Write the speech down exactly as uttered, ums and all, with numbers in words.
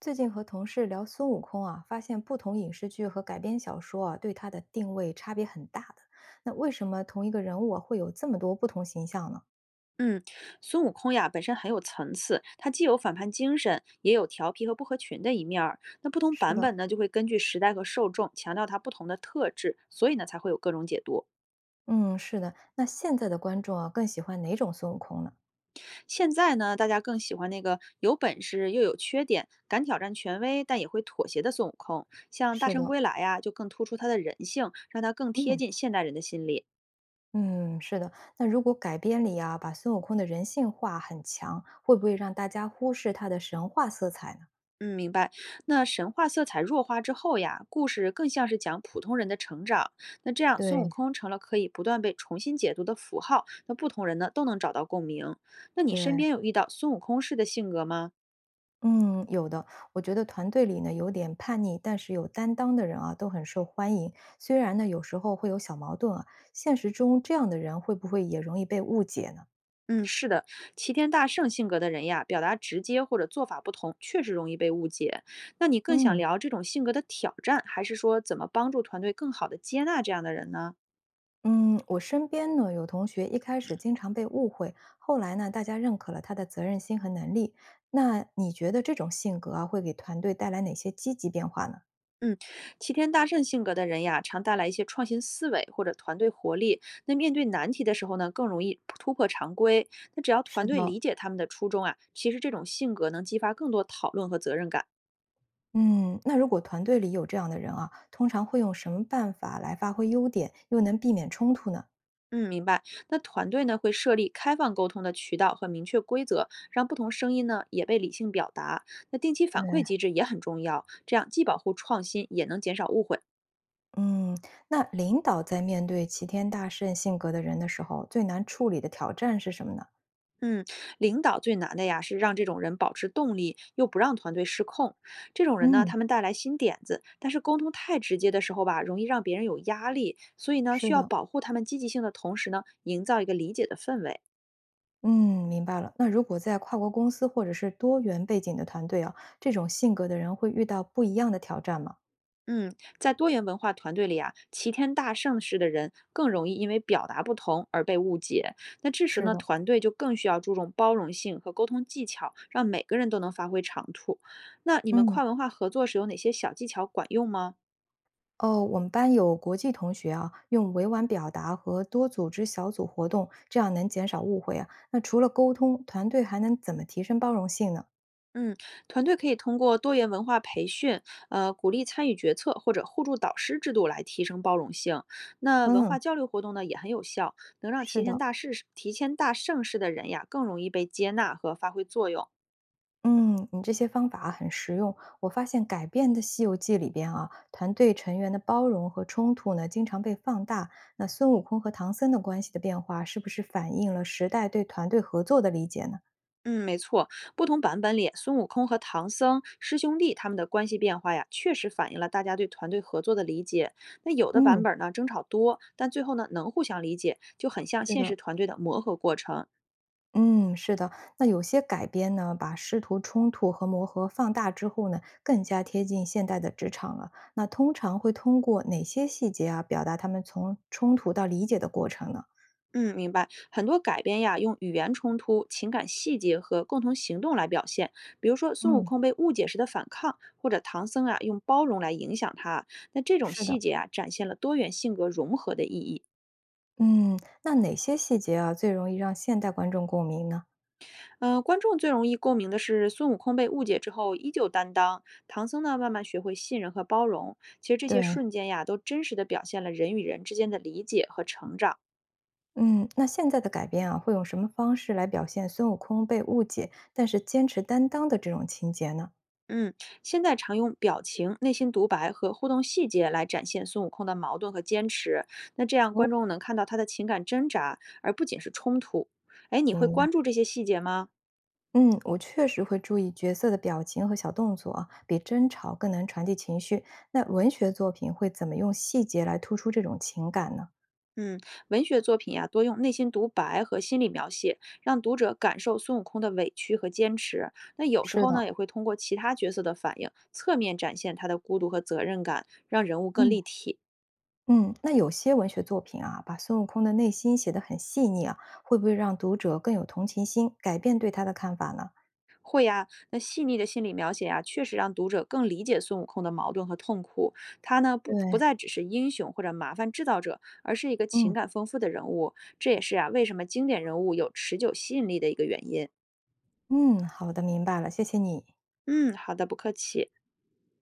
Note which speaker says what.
Speaker 1: 最近和同事聊孙悟空啊，发现不同影视剧和改编小说啊，对他的定位差别很大的。那为什么同一个人物啊，会有这么多不同形象呢？
Speaker 2: 嗯，孙悟空呀，本身很有层次，他既有反叛精神，也有调皮和不合群的一面儿。那不同
Speaker 1: 是
Speaker 2: 版
Speaker 1: 的，
Speaker 2: 本呢，就会根据时代和受众，强调他不同的特质，所以呢，才会有各种解读。
Speaker 1: 嗯，是的。那现在的观众啊，更喜欢哪种孙悟空呢？
Speaker 2: 现在呢，大家更喜欢那个有本事又有缺点，敢挑战权威但也会妥协的孙悟空。像《大
Speaker 1: 是
Speaker 2: 圣
Speaker 1: 的，
Speaker 2: 归来》呀，就更突出他的人性，让他更贴
Speaker 1: 嗯
Speaker 2: 近现代人的心理。
Speaker 1: 嗯，是的。那如果改编里啊，把孙悟空的人性化很强，会不会让大家忽视他的神话色彩呢？
Speaker 2: 嗯，明白。那神话色彩弱化之后呀，故事更像是讲普通人的成长。那这样，孙悟
Speaker 1: 对
Speaker 2: 空成了可以不断被重新解读的符号，那不同人呢都能找到共鸣。那你身
Speaker 1: 对，
Speaker 2: 边有遇到孙悟空式的性格吗？
Speaker 1: 嗯，有的。我觉得团队里呢，有点叛逆但是有担当的人啊，都很受欢迎。虽然呢，有时候会有小矛盾啊，现实中这样的人会不会也容易被误解呢？
Speaker 2: 嗯，是的，齐天大圣性格的人呀，表达直接或者做法不同，确实容易被误解。那你更想
Speaker 1: 嗯
Speaker 2: 聊这种性格的挑战，还是说怎么帮助团队更好的接纳这样的人呢？
Speaker 1: 嗯，我身边呢有同学一开始经常被误会，后来呢，大家认可了他的责任心和能力。那你觉得这种性格啊，会给团队带来哪些积极变化呢？
Speaker 2: 嗯，齐天大圣性格的人呀，常带来一些创新思维或者团队活力。那面对难题的时候呢，更容易突破常规。那只要团
Speaker 1: 是
Speaker 2: 队
Speaker 1: 的，
Speaker 2: 理解他们的初衷啊，其实这种性格能激发更多讨论和责任感。
Speaker 1: 嗯，那如果团队里有这样的人啊，通常会用什么办法来发挥优点，又能避免冲突呢？
Speaker 2: 嗯，明白。那团队呢会设立开放沟通的渠道和明确规则，让不同声音呢也被理性表达。那定期反馈
Speaker 1: 对，
Speaker 2: 机制也很重要，这样既保护创新，也能减少误会。
Speaker 1: 嗯，那领导在面对齐天大圣性格的人的时候，最难处理的挑战是什么呢？
Speaker 2: 嗯，领导最难的呀，是让这种人保持动力，又不让团队失控。这种人呢，
Speaker 1: 嗯，
Speaker 2: 他们带来新点子，但是沟通太直接的时候吧，容易让别人有压力。所以呢，
Speaker 1: 是
Speaker 2: 需要
Speaker 1: 的，
Speaker 2: 保护他们积极性的同时呢，营造一个理解的氛围。
Speaker 1: 嗯，明白了。那如果在跨国公司或者是多元背景的团队啊，这种性格的人会遇到不一样的挑战吗？
Speaker 2: 嗯，在多元文化团队里啊，齐天大圣式的人更容易因为表达不同而被误解。那这时
Speaker 1: 是
Speaker 2: 呢，
Speaker 1: 的，
Speaker 2: 团队就更需要注重包容性和沟通技巧，让每个人都能发挥长处。那你们
Speaker 1: 嗯，
Speaker 2: 跨文化合作时有哪些小技巧管用吗？
Speaker 1: 哦，我们班有国际同学啊，用委婉表达和多组织小组活动，这样能减少误会啊。那除了沟通，团队还能怎么提升包容性呢？
Speaker 2: 嗯，团队可以通过多元文化培训，呃，鼓励参与决策或者互助导师制度来提升包容性。那文化
Speaker 1: 嗯，
Speaker 2: 交流活动呢也很有效，能让齐
Speaker 1: 是
Speaker 2: 天
Speaker 1: 的。
Speaker 2: 大事齐天大盛世的人呀更容易被接纳和发挥作用。
Speaker 1: 嗯，你这些方法啊很实用。我发现改变的《西游记》里边啊，团队成员的包容和冲突呢，经常被放大。那孙悟空和唐僧的关系的变化，是不是反映了时代对团队合作的理解呢？
Speaker 2: 嗯，没错，不同版本里，孙悟空和唐僧师兄弟他们的关系变化呀，确实反映了大家对团队合作的理解。那有的版
Speaker 1: 嗯，
Speaker 2: 本呢争吵多，但最后呢能互相理解，就很像
Speaker 1: 是
Speaker 2: 现实
Speaker 1: 的，
Speaker 2: 团队的磨合过程。
Speaker 1: 嗯，是的。那有些改编呢，把师徒冲突和磨合放大之后呢，更加贴近现代的职场了。那通常会通过哪些细节啊，表达他们从冲突到理解的过程呢？
Speaker 2: 嗯，明白。很多改编呀，用语言冲突、情感细节和共同行动来表现，比如说孙悟
Speaker 1: 嗯，
Speaker 2: 空被误解时的反抗，或者唐僧啊用包容来影响他。那这种
Speaker 1: 是的。
Speaker 2: 细节啊，展现了多元性格融合的意义。
Speaker 1: 嗯，那哪些细节啊，最容易让现代观众共鸣呢？
Speaker 2: 嗯，观众最容易共鸣的是孙悟空被误解之后依旧担当，唐僧呢慢慢学会信任和包容。其实这些
Speaker 1: 对，
Speaker 2: 瞬间呀，都真实的表现了人与人之间的理解和成长。
Speaker 1: 嗯，那现在的改编啊，会用什么方式来表现孙悟空被误解，但是坚持担当的这种情节呢？
Speaker 2: 嗯，现在常用表情、内心独白和互动细节来展现孙悟空的矛盾和坚持。那这样
Speaker 1: 哦，
Speaker 2: 观众能看到他的情感挣扎，而不仅是冲突。哎，你会
Speaker 1: 明白。
Speaker 2: 关注这些细节吗？
Speaker 1: 嗯，我确实会注意角色的表情和小动作啊，比争吵更能传递情绪。那文学作品会怎么用细节来突出这种情感呢？
Speaker 2: 嗯，文学作品呀，多用内心独白和心理描写，让读者感受孙悟空的委屈和坚持。那有时
Speaker 1: 是
Speaker 2: 候呢，
Speaker 1: 的，
Speaker 2: 也会通过其他角色的反应，侧面展现他的孤独和责任感，让人物更
Speaker 1: 嗯
Speaker 2: 立体。
Speaker 1: 嗯，那有些文学作品啊，把孙悟空的内心写得很细腻啊，会不会让读者更有同情心，改变对他的看法呢？
Speaker 2: 那细腻的心理描写啊，确实让读者更理解孙悟空的矛盾和痛苦。他呢，不不
Speaker 1: 对，
Speaker 2: 再只是英雄或者麻烦制造者，而是一个情
Speaker 1: 嗯，
Speaker 2: 感丰富的人物。这也是啊，为什么经典人物有持久吸引力的一个原因。
Speaker 1: 嗯，好的，明白了，谢谢你。
Speaker 2: 嗯，好的，不客气。